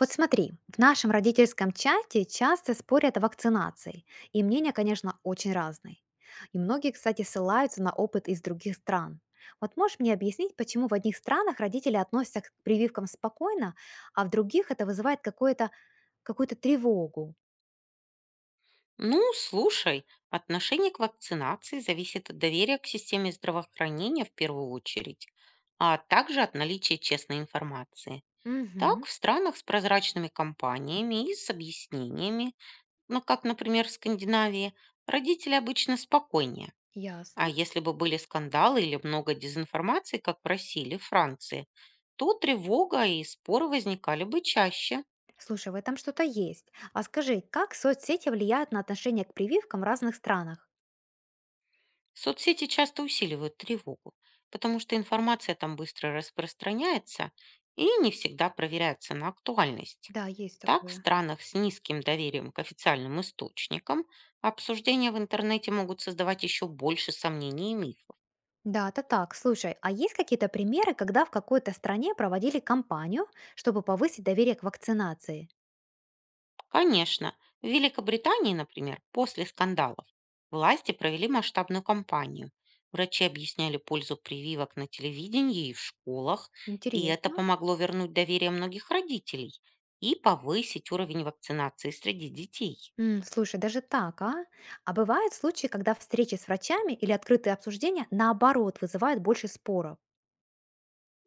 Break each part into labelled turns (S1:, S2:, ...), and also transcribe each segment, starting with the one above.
S1: Вот смотри, в нашем родительском чате часто спорят о вакцинации, и мнения, конечно, очень разные. И многие, кстати, ссылаются на опыт из других стран. Вот можешь мне объяснить, почему в одних странах родители относятся к прививкам спокойно, а в других это вызывает какое-то, какую-то тревогу?
S2: Ну, слушай, отношение к вакцинации зависит от доверия к системе здравоохранения в первую очередь, а также от наличия честной информации. Так,
S1: Угу,
S2: в странах с прозрачными компаниями и с объяснениями, ну, как, например, в Скандинавии, родители обычно спокойнее. А
S1: ясно.
S2: если бы были скандалы или много дезинформации, как в России или Франции, то тревога и споры возникали бы чаще.
S1: Слушай, в этом что-то есть. А скажи, как соцсети влияют на отношение к прививкам в разных странах?
S2: Соцсети часто усиливают тревогу, потому что информация там быстро распространяется и не всегда проверяется на актуальность.
S1: Да, есть
S2: Так, в
S1: такое.
S2: странах с низким доверием к официальным источникам обсуждения в интернете могут создавать еще больше сомнений и мифов.
S1: Да, это так. Слушай, а есть какие-то примеры, когда в какой-то стране проводили кампанию, чтобы повысить доверие к вакцинации?
S2: Конечно, в Великобритании, например, после скандалов власти провели масштабную кампанию. Врачи объясняли пользу прививок на телевидении и в школах, и это
S1: Интересно.
S2: помогло вернуть доверие многих родителей и повысить уровень вакцинации среди детей.
S1: М, слушай, даже так, а? А бывают случаи, когда встречи с врачами или открытые обсуждения, наоборот, вызывают больше споров?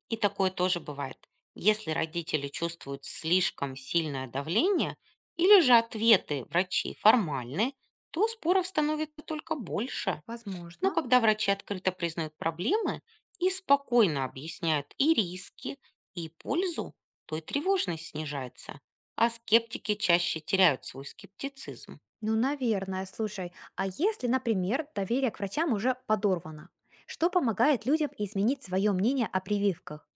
S2: И такое тоже бывает. Если родители чувствуют слишком сильное давление или же ответы врачей формальны, то споров становится только больше. Но
S1: Возможно.
S2: когда врачи открыто признают проблемы и спокойно объясняют и риски, и пользу, то и тревожность снижается, а скептики чаще теряют свой скептицизм.
S1: Ну, наверное, слушай. А если, например, доверие к врачам уже подорвано? Что помогает людям изменить свое мнение о прививках?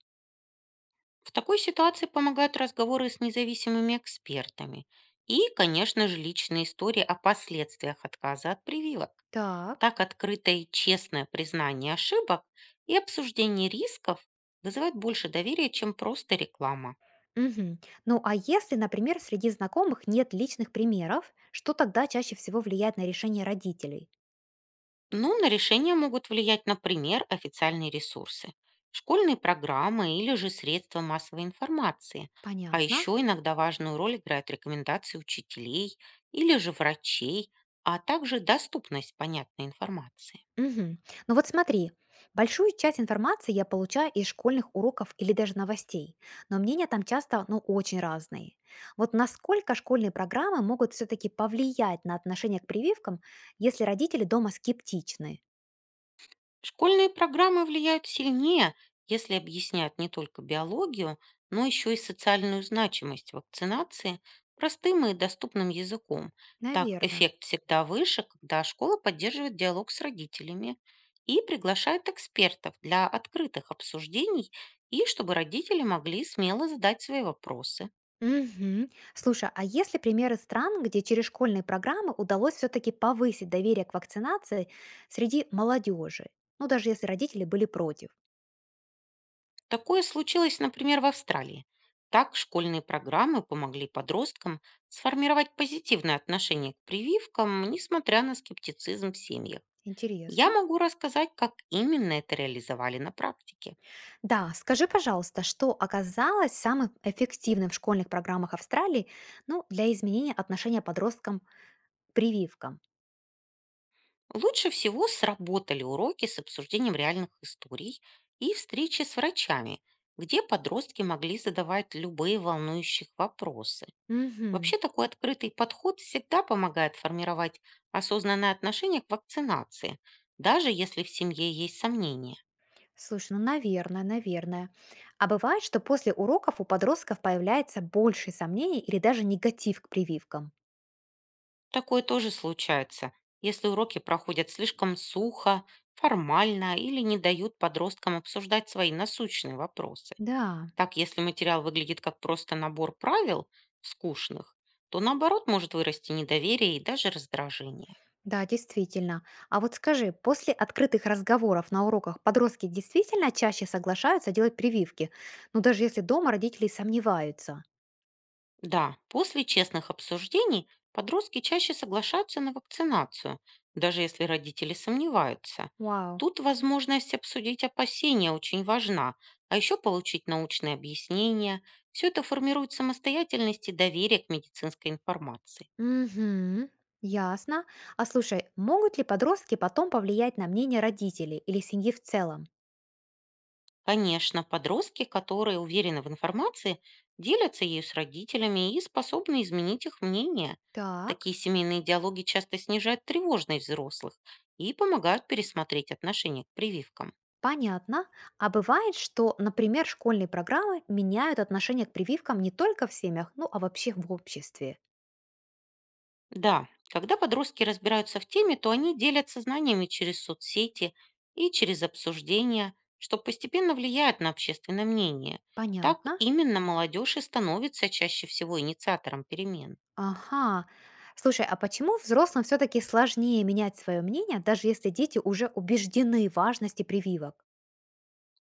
S2: В такой ситуации помогают разговоры с независимыми экспертами и, конечно же, личные истории о последствиях отказа от прививок.
S1: Так.
S2: Так открытое и честное признание ошибок и обсуждение рисков вызывает больше доверия, чем просто реклама.
S1: Мгм. Ну а если, например, среди знакомых нет личных примеров, что тогда чаще всего влияет на решение родителей?
S2: Ну, на решение могут влиять, например, официальные ресурсы, школьные программы или же средства массовой информации. А
S1: Понятно.
S2: еще иногда важную роль играют рекомендации учителей или же врачей, а также доступность понятной информации.
S1: Мгм. Ну вот смотри, большую часть информации я получаю из школьных уроков или даже новостей, но мнения там часто, ну, очень разные. Вот насколько школьные программы могут все-таки повлиять на отношение к прививкам, если родители дома скептичны?
S2: Школьные программы влияют сильнее, если объяснять не только биологию, но еще и социальную значимость вакцинации простым и доступным языком. Так
S1: Наверное.
S2: эффект всегда выше, когда школа поддерживает диалог с родителями и приглашает экспертов для открытых обсуждений и чтобы родители могли смело задать свои вопросы.
S1: Мгм. Слушай, а есть ли примеры стран, где через школьные программы удалось все-таки повысить доверие к вакцинации среди молодежи? Ну, даже если родители были против.
S2: Такое случилось, например, в Австралии. Так школьные программы помогли подросткам сформировать позитивное отношение к прививкам, несмотря на скептицизм в семьях. Я
S1: Интересно.
S2: могу рассказать, как именно это реализовали на практике.
S1: Да, скажи, пожалуйста, что оказалось самым эффективным в школьных программах Австралии, ну, для изменения отношения подросткам к прививкам?
S2: Лучше всего сработали уроки с обсуждением реальных историй и встречи с врачами, где подростки могли задавать любые волнующие вопросы.
S1: Мгм.
S2: Вообще такой открытый подход всегда помогает формировать осознанное отношение к вакцинации, даже если в семье есть сомнения.
S1: Слушай, ну, наверное. А бывает, что после уроков у подростков появляется больше сомнений или даже негатив к прививкам?
S2: Такое тоже случается, если уроки проходят слишком сухо, формально или не дают подросткам обсуждать свои насущные вопросы.
S1: Да.
S2: Так, если материал выглядит как просто набор правил, скучных, то наоборот может вырасти недоверие и даже раздражение.
S1: Да, действительно. А вот скажи, после открытых разговоров на уроках подростки действительно чаще соглашаются делать прививки? Ну, даже если дома родители сомневаются.
S2: Да, после честных обсуждений подростки чаще соглашаются на вакцинацию, даже если родители сомневаются.
S1: Вау.
S2: Тут возможность обсудить опасения очень важна, а еще получить научные объяснения. Все это формирует самостоятельность и доверие к медицинской информации.
S1: Угу. Ясно. А слушай, могут ли подростки потом повлиять на мнение родителей или семьи в целом?
S2: Конечно, подростки, которые уверены в информации, делятся ею с родителями и способны изменить их мнение.
S1: Так.
S2: Такие семейные диалоги часто снижают тревожность взрослых и помогают пересмотреть отношение к прививкам.
S1: Понятно. А бывает, что, например, школьные программы меняют отношение к прививкам не только в семьях, ну, а вообще в обществе.
S2: Да, когда подростки разбираются в теме, то они делятся знаниями через соцсети и через обсуждения, что постепенно влияет на общественное мнение. Так
S1: Понятно.
S2: именно молодежь и становится чаще всего инициатором перемен.
S1: Ага. Слушай, а почему взрослым все-таки сложнее менять свое мнение, даже если дети уже убеждены в важности прививок?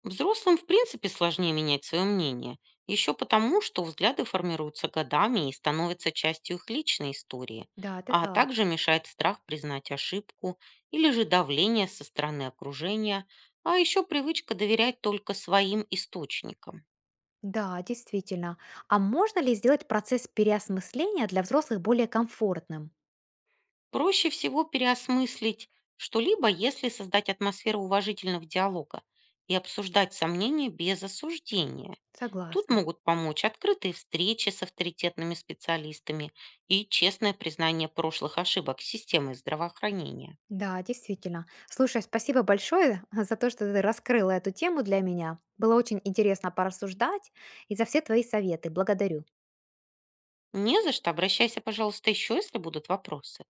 S2: Взрослым, в принципе, сложнее менять свое мнение, еще потому, что взгляды формируются годами и становятся частью их личной истории,
S1: Да, это
S2: а
S1: так.
S2: также мешает страх признать ошибку или же давление со стороны окружения, а еще привычка доверять только своим источникам.
S1: Да, действительно. А можно ли сделать процесс переосмысления для взрослых более комфортным?
S2: Проще всего переосмыслить что-либо, если создать атмосферу уважительного диалога и обсуждать сомнения без осуждения. Тут
S1: Согласна.
S2: могут помочь открытые встречи с авторитетными специалистами и честное признание прошлых ошибок системы здравоохранения.
S1: Да, действительно. Слушай, спасибо большое за то, что ты раскрыла эту тему для меня. Было очень интересно порассуждать и за все твои советы. Благодарю.
S2: Не за что, обращайся, пожалуйста, еще, если будут вопросы.